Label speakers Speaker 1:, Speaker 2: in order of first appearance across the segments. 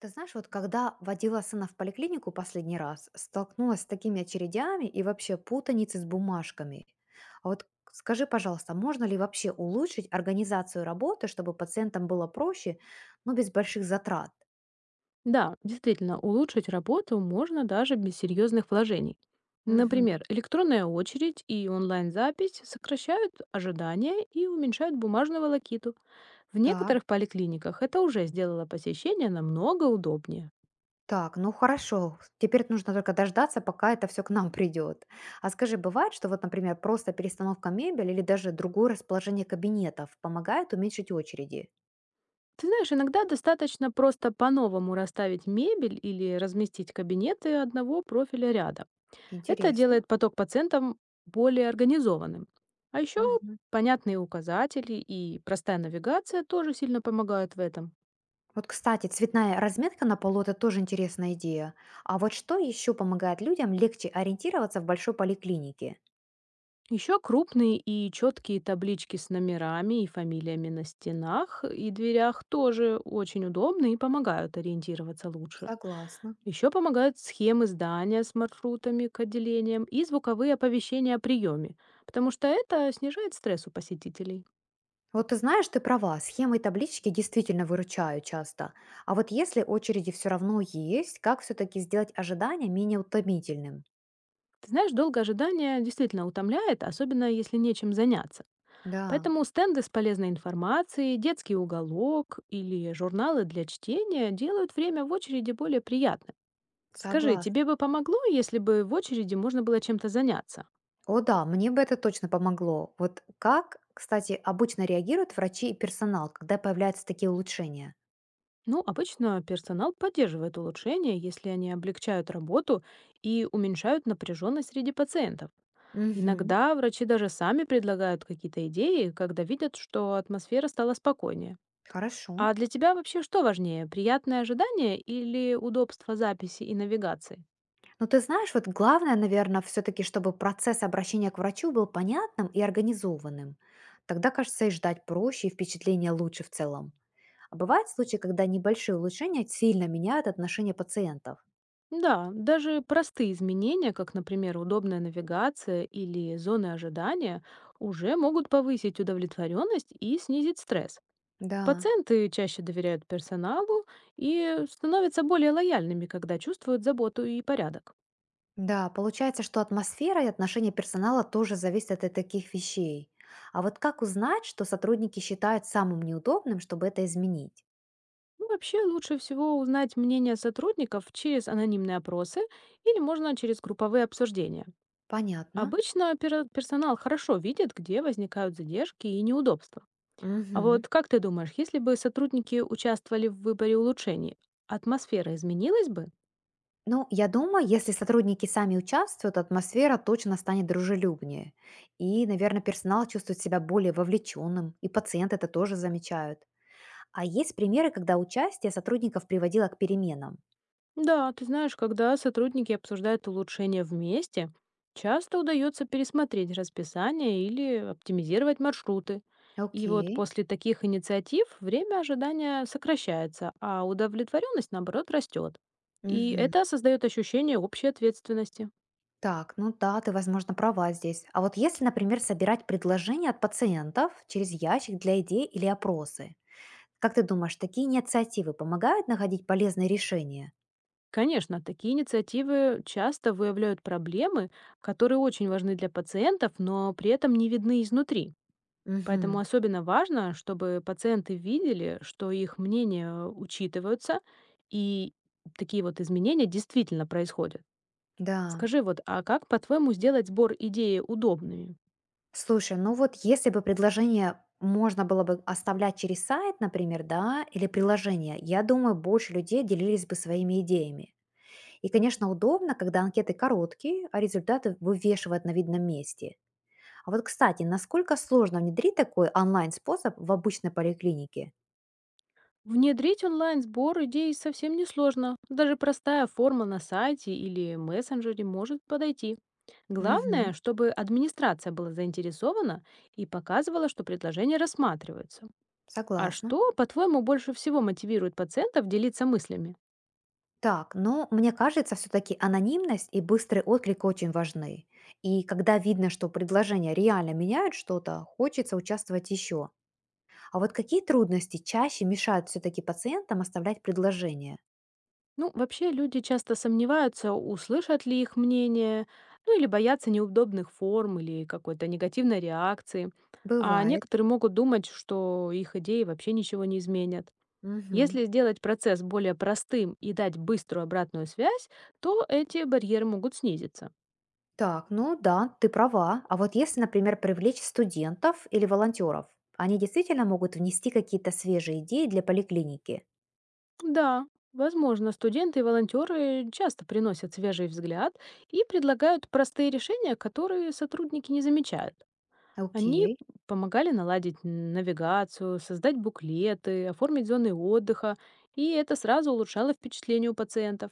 Speaker 1: Ты знаешь, вот когда водила сына в поликлинику последний раз, столкнулась с такими очередями и вообще путаницей с бумажками. А вот скажи, пожалуйста, можно ли вообще улучшить организацию работы, чтобы пациентам было проще, но без больших затрат?
Speaker 2: Да, действительно, улучшить работу можно даже без серьезных вложений.
Speaker 1: Мгм.
Speaker 2: Например, электронная очередь и онлайн-запись сокращают ожидания и уменьшают бумажную волокиту. В
Speaker 1: Так,
Speaker 2: некоторых поликлиниках это уже сделало посещение намного удобнее.
Speaker 1: так, ну хорошо. Теперь нужно только дождаться, пока это все к нам придет. А скажи, бывает, что вот, например, просто перестановка мебели или даже другое расположение кабинетов помогает уменьшить очереди?
Speaker 2: Ты знаешь, иногда достаточно просто по-новому расставить мебель или разместить кабинеты одного профиля рядом. Это
Speaker 1: Интересно.
Speaker 2: делает поток пациентам более организованным. А еще
Speaker 1: Мгм.
Speaker 2: понятные указатели и простая навигация тоже сильно помогают в этом.
Speaker 1: Вот, кстати, цветная разметка на полу – это тоже интересная идея. А вот что еще помогает людям легче ориентироваться в большой поликлинике?
Speaker 2: Еще крупные и четкие таблички с номерами и фамилиями на стенах и дверях тоже очень удобны и помогают ориентироваться лучше.
Speaker 1: Согласна.
Speaker 2: Еще помогают схемы здания с маршрутами к отделениям и звуковые оповещения о приеме, потому что это снижает стресс у посетителей.
Speaker 1: Вот ты знаешь, ты права, схемы и таблички действительно выручают часто. А вот если очереди все равно есть, как все-таки сделать ожидание менее утомительным?
Speaker 2: Ты знаешь, долгое ожидание действительно утомляет, особенно если нечем заняться.
Speaker 1: Да,
Speaker 2: Поэтому стенды с полезной информацией, детский уголок или журналы для чтения делают время в очереди более приятным. Скажи, тебе
Speaker 1: согласна.
Speaker 2: бы помогло, если бы в очереди можно было чем-то заняться?
Speaker 1: О да, мне бы это точно помогло. Вот как, кстати, обычно реагируют врачи и персонал, когда появляются такие улучшения?
Speaker 2: Ну, обычно персонал поддерживает улучшения, если они облегчают работу и уменьшают напряженность среди пациентов.
Speaker 1: Угу.
Speaker 2: Иногда врачи даже сами предлагают какие-то идеи, когда видят, что атмосфера стала спокойнее.
Speaker 1: Хорошо.
Speaker 2: А для тебя вообще что важнее, приятное ожидание или удобство записи и навигации?
Speaker 1: Ну, ты знаешь, вот главное, наверное, все-таки, чтобы процесс обращения к врачу был понятным и организованным. Тогда, кажется, и ждать проще, и впечатление лучше в целом. А бывают случаи, когда небольшие улучшения сильно меняют отношение пациентов.
Speaker 2: Да, даже простые изменения, как, например, удобная навигация или зоны ожидания, уже могут повысить удовлетворенность и снизить стресс.
Speaker 1: Да,
Speaker 2: Пациенты чаще доверяют персоналу и становятся более лояльными, когда чувствуют заботу и порядок.
Speaker 1: да, получается, что атмосфера и отношение персонала тоже зависят от таких вещей. А вот как узнать, что сотрудники считают самым неудобным, чтобы это изменить?
Speaker 2: Ну, вообще лучше всего узнать мнение сотрудников через анонимные опросы или можно через групповые обсуждения.
Speaker 1: Понятно.
Speaker 2: Обычно персонал хорошо видит, где возникают задержки и неудобства. А
Speaker 1: Мгм.
Speaker 2: вот как ты думаешь, если бы сотрудники участвовали в выборе улучшений, атмосфера изменилась бы?
Speaker 1: Ну, я думаю, если сотрудники сами участвуют, атмосфера точно станет дружелюбнее. И, наверное, персонал чувствует себя более вовлеченным, и пациенты это тоже замечают. А есть примеры, когда участие сотрудников приводило к переменам.
Speaker 2: Да, ты знаешь, когда сотрудники обсуждают улучшения вместе, часто удается пересмотреть расписание или оптимизировать маршруты. И вот
Speaker 1: Окей.
Speaker 2: после таких инициатив время ожидания сокращается, а удовлетворенность, наоборот, растет. И
Speaker 1: Мгм.
Speaker 2: это создает ощущение общей ответственности.
Speaker 1: Так, ну да, ты, возможно, права здесь. А вот если, например, собирать предложения от пациентов через ящик для идей или опросы, как ты думаешь, такие инициативы помогают находить полезные решения?
Speaker 2: Конечно, такие инициативы часто выявляют проблемы, которые очень важны для пациентов, но при этом не видны изнутри. Поэтому
Speaker 1: Угу.
Speaker 2: особенно важно, чтобы пациенты видели, что их мнения учитываются, и такие вот изменения действительно происходят.
Speaker 1: Да.
Speaker 2: Скажи вот, а как, по-твоему, сделать сбор идеи удобными?
Speaker 1: Слушай, ну вот если бы предложение можно было бы оставлять через сайт, например, да, или приложение, я думаю, больше людей делились бы своими идеями. И, конечно, удобно, когда анкеты короткие, а результаты вывешивают на видном месте. А вот, кстати, насколько сложно внедрить такой онлайн-способ в обычной поликлинике?
Speaker 2: Внедрить онлайн-сбор идей совсем несложно. Даже простая форма на сайте или мессенджере может подойти.
Speaker 1: Угу,
Speaker 2: Главное, чтобы администрация была заинтересована и показывала, что предложения рассматриваются. А
Speaker 1: согласна.
Speaker 2: что, по-твоему, больше всего мотивирует пациентов делиться мыслями?
Speaker 1: Так, но мне кажется, все-таки анонимность и быстрый отклик очень важны. И когда видно, что предложения реально меняют что-то, хочется участвовать еще. А вот какие трудности чаще мешают все-таки пациентам оставлять предложение?
Speaker 2: Ну, вообще люди часто сомневаются, услышат ли их мнение, ну или боятся неудобных форм или какой-то негативной реакции. А
Speaker 1: Бывает.
Speaker 2: некоторые могут думать, что их идеи вообще ничего не изменят.
Speaker 1: Мгм.
Speaker 2: Если сделать процесс более простым и дать быструю обратную связь, то эти барьеры могут снизиться.
Speaker 1: Так, ну да, ты права. А вот если, например, привлечь студентов или волонтеров, они действительно могут внести какие-то свежие идеи для поликлиники.
Speaker 2: Да, возможно, студенты и волонтеры часто приносят свежий взгляд и предлагают простые решения, которые сотрудники не замечают. Они
Speaker 1: Окей.
Speaker 2: помогали наладить навигацию, создать буклеты, оформить зоны отдыха, и это сразу улучшало впечатление у пациентов.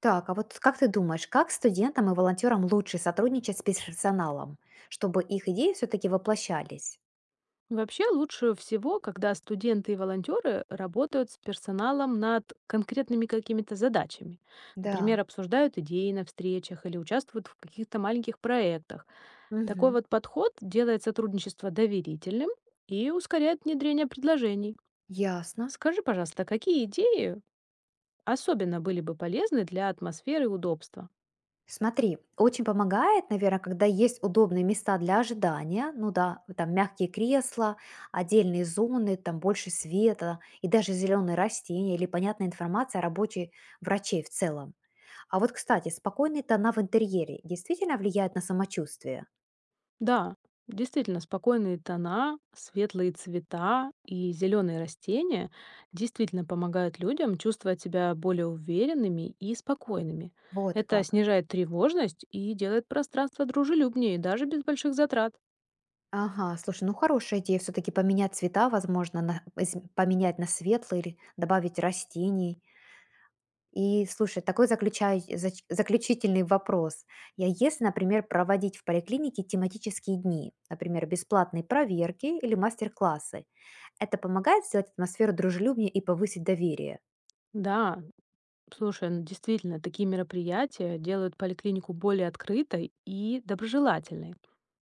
Speaker 1: Так, а вот как ты думаешь, как студентам и волонтерам лучше сотрудничать с персоналом, чтобы их идеи все-таки воплощались?
Speaker 2: Вообще лучше всего, когда студенты и волонтеры работают с персоналом над конкретными какими-то задачами.
Speaker 1: Да.
Speaker 2: Например, обсуждают идеи на встречах или участвуют в каких-то маленьких проектах. Такой
Speaker 1: Мгм.
Speaker 2: вот подход делает сотрудничество доверительным и ускоряет внедрение предложений.
Speaker 1: Ясно.
Speaker 2: Скажи, пожалуйста, какие идеи особенно были бы полезны для атмосферы и удобства?
Speaker 1: Смотри, очень помогает, наверное, когда есть удобные места для ожидания, ну да, там мягкие кресла, отдельные зоны, там больше света и даже зеленые растения или понятная информация о работе врачей в целом. А вот, кстати, спокойные тона в интерьере действительно влияют на самочувствие.
Speaker 2: Да, действительно, спокойные тона, светлые цвета и зеленые растения действительно помогают людям чувствовать себя более уверенными и спокойными.
Speaker 1: Вот
Speaker 2: Это
Speaker 1: как.
Speaker 2: снижает тревожность и делает пространство дружелюбнее, даже без больших затрат.
Speaker 1: Ага, слушай, ну хорошая идея все-таки поменять цвета, возможно, поменять на светлый или добавить растений. И слушай, такой заключительный вопрос. Я если, например, проводить в поликлинике тематические дни, например, бесплатные проверки или мастер-классы, это помогает сделать атмосферу дружелюбнее и повысить доверие?
Speaker 2: Да, слушай, ну действительно, такие мероприятия делают поликлинику более открытой и доброжелательной.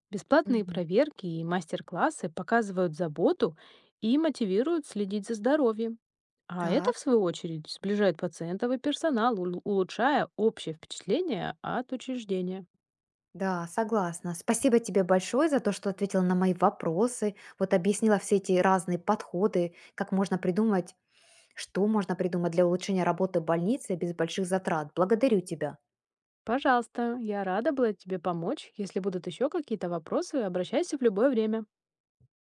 Speaker 2: Бесплатные
Speaker 1: Мгм.
Speaker 2: проверки и мастер-классы показывают заботу и мотивируют следить за здоровьем. А это,
Speaker 1: Так.
Speaker 2: в свою очередь, сближает пациентов и персонал, улучшая общее впечатление от учреждения.
Speaker 1: Да, согласна. Спасибо тебе большое за то, что ответила на мои вопросы, вот объяснила все эти разные подходы, как можно придумать, что можно придумать для улучшения работы больницы без больших затрат. Благодарю тебя.
Speaker 2: Пожалуйста, я рада была тебе помочь. Если будут еще какие-то вопросы, обращайся в любое время.